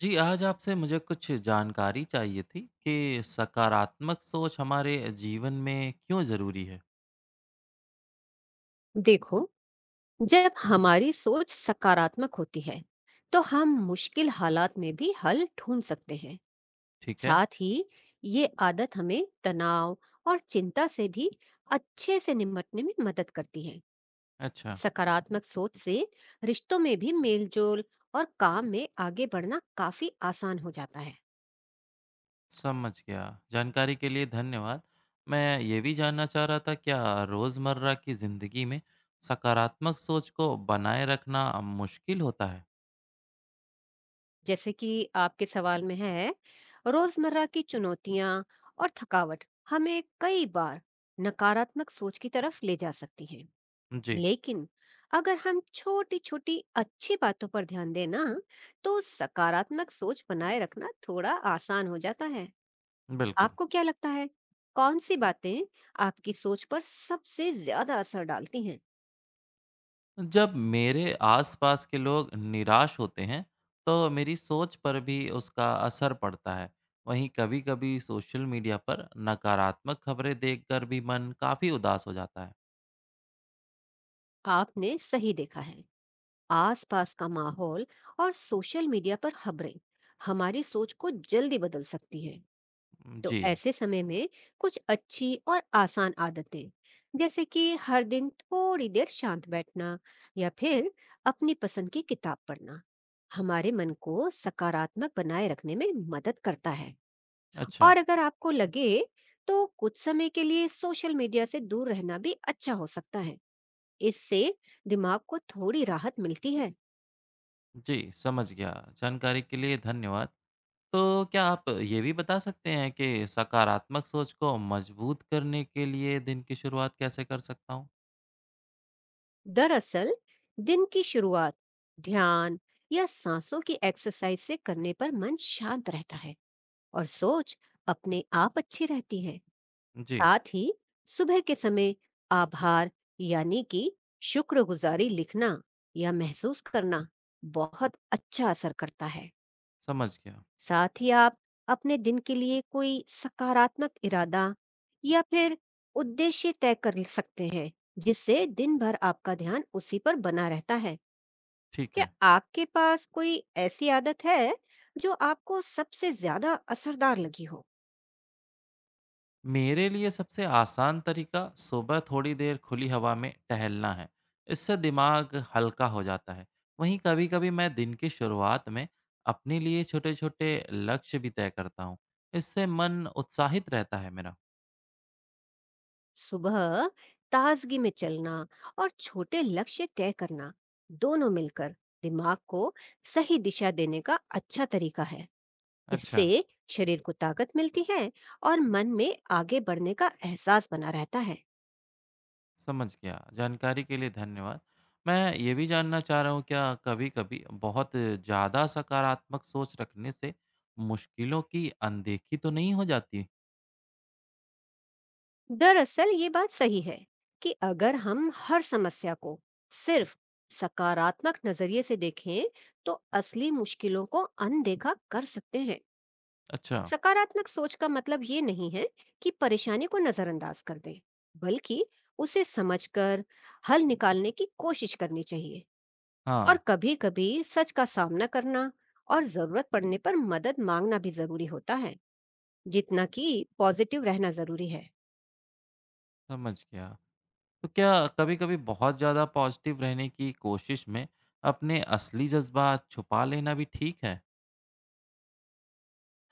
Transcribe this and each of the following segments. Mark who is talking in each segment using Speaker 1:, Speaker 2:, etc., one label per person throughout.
Speaker 1: जी, आज आपसे मुझे कुछ जानकारी चाहिए थी कि सकारात्मक सोच हमारे जीवन में क्यों ज़रूरी है,
Speaker 2: देखो, जब हमारी सोच सकारात्मक होती है, तो हम मुश्किल हालात में भी हल ढूंढ सकते हैं।
Speaker 1: ठीक है?
Speaker 2: साथ ही ये आदत हमें तनाव और चिंता से भी अच्छे से निपटने में मदद करती है।
Speaker 1: अच्छा,
Speaker 2: सकारात्मक सोच से रिश्तों में भी मेलजोल और काम में आगे बढ़ना काफी आसान हो जाता है।
Speaker 1: समझ गया। जानकारी के लिए धन्यवाद। मैं ये भी जानना चाह रहा था क्या रोज़मर्रा की ज़िंदगी में सकारात्मक सोच को बनाए रखना मुश्किल होता है?
Speaker 2: जैसे कि आपके सवाल में है, रोजमर्रा की चुनौतियां और थकावट हमें कई बार नकारात्मक सोच की तरफ ले जा सकती हैं।
Speaker 1: जी,
Speaker 2: लेकिन अगर हम छोटी छोटी अच्छी बातों पर ध्यान देना, तो सकारात्मक सोच बनाए रखना थोड़ा आसान हो जाता है।
Speaker 1: बिल्कुल।
Speaker 2: आपको क्या लगता है, कौन सी बातें आपकी सोच पर सबसे ज्यादा असर डालती हैं?
Speaker 1: जब मेरे आसपास के लोग निराश होते हैं तो मेरी सोच पर भी उसका असर पड़ता है। वहीं कभी-कभी सोशल मीडिया पर नकारात्मक खबरें देखकर भी मन काफ़ी उदास हो जाता है।
Speaker 2: आपने सही देखा है। आसपास का माहौल और सोशल मीडिया पर खबरें हमारी सोच को जल्दी बदल सकती हैं। तो
Speaker 1: जी।
Speaker 2: ऐसे समय में कुछ अच्छी और आसान आदतें, जैसे कि हर दिन थोड़ी देर शांत बैठना या फिर अपनी पसंद की किताब पढ़ना, हमारे मन को सकारात्मक बनाए रखने में मदद करता है।
Speaker 1: अच्छा।
Speaker 2: और अगर आपको लगे, तो कुछ समय के लिए सोशल मीडिया से दूर रहना भी अच्छा हो सकता है। इससे दिमाग को थोड़ी राहत मिलती है।
Speaker 1: जी, समझ गया। जानकारी के लिए धन्यवाद। तो क्या आप ये भी बता सकते हैं कि सकारात्मक सोच को मजबूत करने के लिए दिन की शुरुआत कैसे कर सकता हूँ।
Speaker 2: दरअसल दिन की शुरुआत ध्यान या सांसों की एक्सरसाइज से करने पर मन शांत रहता है, और सोच अपने आप अच्छी रहती है।
Speaker 1: जी।
Speaker 2: साथ ही सुबह के समय आभार, यानी कि शुक्रगुजारी लिखना या महसूस करना बहुत अच्छा असर करता है।
Speaker 1: समझ गया।
Speaker 2: साथ ही आप अपने दिन के लिए कोई सकारात्मक इरादा या फिर उद्देश्य तय कर सकते हैं, जिससे दिन भर आपका ध्यान उसी पर बना रहता है।
Speaker 1: ठीक
Speaker 2: क्या
Speaker 1: है।
Speaker 2: आपके पास कोई ऐसी आदत है जो आपको सबसे ज्यादा असरदार लगी हो?
Speaker 1: मेरे लिए सबसे आसान तरीका सुबह थोड़ी देर खुली हवा में टहलना है। इससे दिमाग हल्का हो जाता है। वहीं कभी-कभी मैं दिन की शुरुआत में अपने लिए छोटे-छोटे लक्ष्य भी तय करता हूँ। इससे मन उत्साहित रहता है मेरा।
Speaker 2: सुबह ताजगी में चलना और छोटे लक्ष्य तय करना, दोनों मिलकर दिमाग को सही दिशा देने का अच्छा तरीका है।
Speaker 1: अच्छा।
Speaker 2: इससे शरीर को ताकत मिलती है और मन में आगे बढ़ने का एहसास बना रहता है।
Speaker 1: समझ गया। जानकारी के लिए धन्यवाद। मैं ये भी जानना चाह रहा हूँ क्या कभी-कभी बहुत ज़्यादा सकारात्मक सोच रखने से मुश्किलों की अनदेखी तो नहीं हो जाती।
Speaker 2: दरअसल ये बात सही है कि अगर हम हर समस्या को सिर्फ सकारात्मक नजरिए से देखें, तो असली मुश्किलों को अनदेखा कर सकते हैं।
Speaker 1: अच्छा।
Speaker 2: सकारात्मक सोच का मतलब ये नहीं है कि परेशानी को नजरअंदाज कर दें, बल्कि उसे समझकर हल निकालने की कोशिश करनी चाहिए। और
Speaker 1: हाँ।
Speaker 2: कभी-कभी सच का सामना करना और जरूरत पड़ने पर मदद मांगना भी जरूरी होता है, जितना कि पॉजिटिव रहना जरूरी है।
Speaker 1: समझ गया। तो क्या कभी-कभी बहुत ज़्यादा पॉजिटिव रहने की कोशिश में अपने असली जज़्बात छुपा लेना भी ठीक है?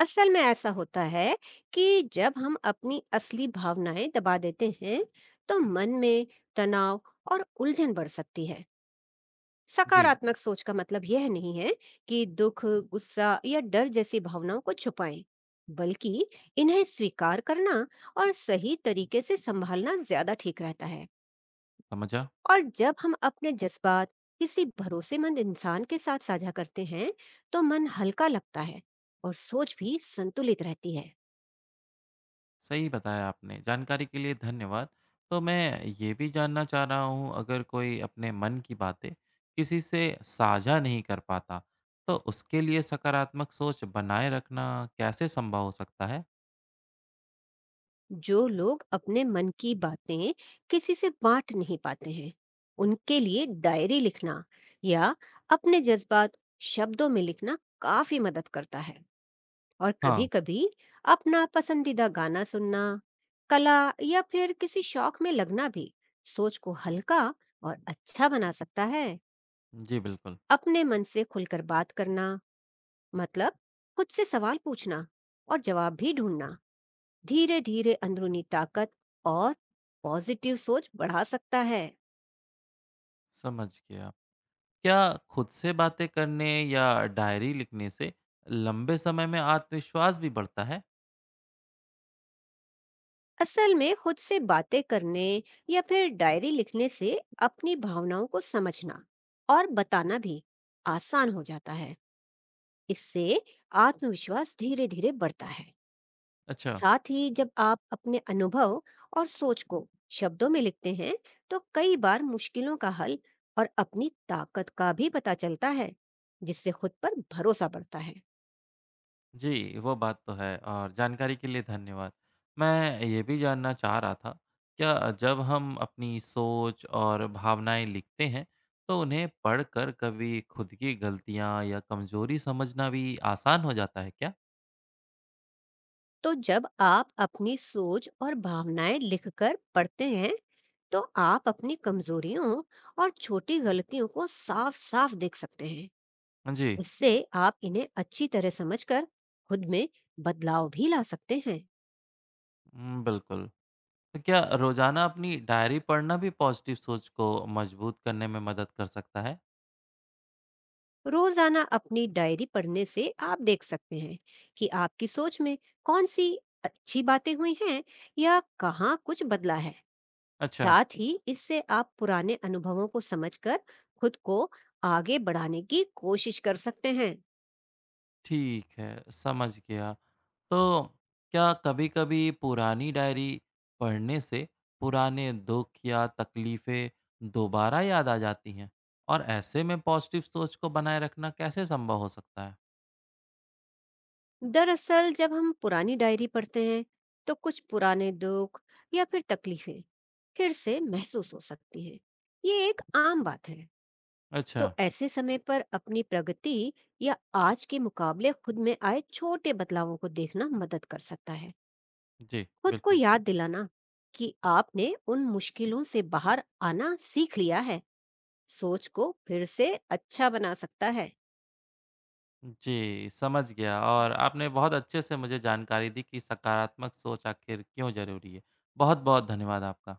Speaker 2: असल में ऐसा होता है कि जब हम अपनी असली भावनाएं दबा देते हैं, तो मन में तनाव और उलझन बढ़ सकती है।
Speaker 1: जी,
Speaker 2: सकारात्मक सोच का मतलब यह नहीं है कि दुख, गुस्सा या डर जैसी भावनाओं को छुपाएं, बल्कि इन्हें स्वीकार करना और सही तरीके से संभालना ज्यादा ठीक रहता है।
Speaker 1: समझा।
Speaker 2: और जब हम अपने जज्बात किसी भरोसेमंद इंसान के साथ साझा करते हैं, तो मन हल्का लगता है और सोच भी संतुलित रहती है।
Speaker 1: सही बताया आपने। जानकारी के लिए धन्यवाद। तो मैं ये भी जानना चाह रहा हूँ अगर कोई अपने मन की बातें किसी से साझा नहीं कर पाता, तो उसके लिए सकारात्मक सोच बनाए रखना कैसे संभव हो सकता है?
Speaker 2: जो लोग अपने मन की बातें किसी से बांट नहीं पाते हैं, उनके लिए डायरी लिखना या अपने जज्बात शब्दों में लिखना काफी मदद करता है। और
Speaker 1: हाँ,
Speaker 2: कभी-कभी अपना पसंदीदा गाना सुनना, कला या फिर किसी शौक में लगना भी सोच को हल्का और अच्छा बना सकता है।
Speaker 1: जी बिल्कुल।
Speaker 2: अपने मन से खुलकर बात करना, मतलब खुद से सवाल पूछना और जवाब भी ढूंढना, धीरे धीरे अंदरूनी ताकत और पॉजिटिव सोच बढ़ा सकता है।
Speaker 1: समझ गया। क्या खुद से बातें करने या डायरी लिखने से लंबे समय में आत्मविश्वास भी बढ़ता है?
Speaker 2: असल में खुद से बातें करने या फिर डायरी लिखने से अपनी भावनाओं को समझना और बताना भी आसान हो जाता है। इससे आत्मविश्वास धीरे धीरे बढ़ता है।
Speaker 1: अच्छा।
Speaker 2: साथ ही जब आप अपने अनुभव और सोच को शब्दों में लिखते हैं, तो कई बार मुश्किलों का हल और अपनी ताकत का भी पता चलता है, जिससे खुद पर भरोसा बढ़ता है।
Speaker 1: जी वो बात तो है। और जानकारी के लिए धन्यवाद। मैं ये भी जानना चाह रहा था क्या जब हम अपनी सोच और भावनाएं लिखते हैं तो उन्हें पढ़कर कभी खुद की गलतियां या कमजोरी समझना भी आसान हो जाता है क्या?
Speaker 2: तो जब आप अपनी सोच और भावनाएं लिखकर पढ़ते हैं, तो आप अपनी कमजोरियों और छोटी गलतियों को साफ साफ देख सकते हैं।
Speaker 1: जी।
Speaker 2: इससे आप इन्हें अच्छी तरह समझकर खुद में बदलाव भी ला सकते हैं।
Speaker 1: बिल्कुल। तो क्या रोजाना अपनी डायरी पढ़ना भी पॉजिटिव सोच को मजबूत करने में मदद कर सकता है?
Speaker 2: रोजाना अपनी डायरी पढ़ने से आप देख सकते हैं कि आपकी सोच में कौन सी अच्छी बातें हुई हैं या कहाँ कुछ बदला है।
Speaker 1: अच्छा।
Speaker 2: साथ ही इससे आप पुराने अनुभवों को समझकर खुद को आगे बढ़ाने की कोशिश कर सकते हैं।
Speaker 1: ठीक है, समझ गया। तो क्या कभी-कभी पुरानी डायरी पढ़ने से पुराने दुःख या तकलीफ़ें दोबारा याद आ जाती हैं? और ऐसे में पॉज़िटिव सोच को बनाए रखना कैसे संभव हो सकता है?
Speaker 2: दरअसल जब हम पुरानी डायरी पढ़ते हैं, तो कुछ पुराने दुख या फिर तकलीफें फिर से महसूस हो सकती हैं। ये एक आम बात है।
Speaker 1: अच्छा,
Speaker 2: तो ऐसे समय पर अपनी प्रगति या आज के मुकाबले खुद में आए छोटे बदलावों को देखना मदद कर सकता है।
Speaker 1: जी,
Speaker 2: खुद को
Speaker 1: बिल्कुल।
Speaker 2: याद दिलाना कि आपने उन मुश्किलों से बाहर आना सीख लिया है, सोच को फिर से अच्छा बना सकता है।
Speaker 1: जी, समझ गया और आपने बहुत अच्छे से मुझे जानकारी दी कि सकारात्मक सोच आखिर क्यों ज़रूरी है। बहुत-बहुत धन्यवाद आपका।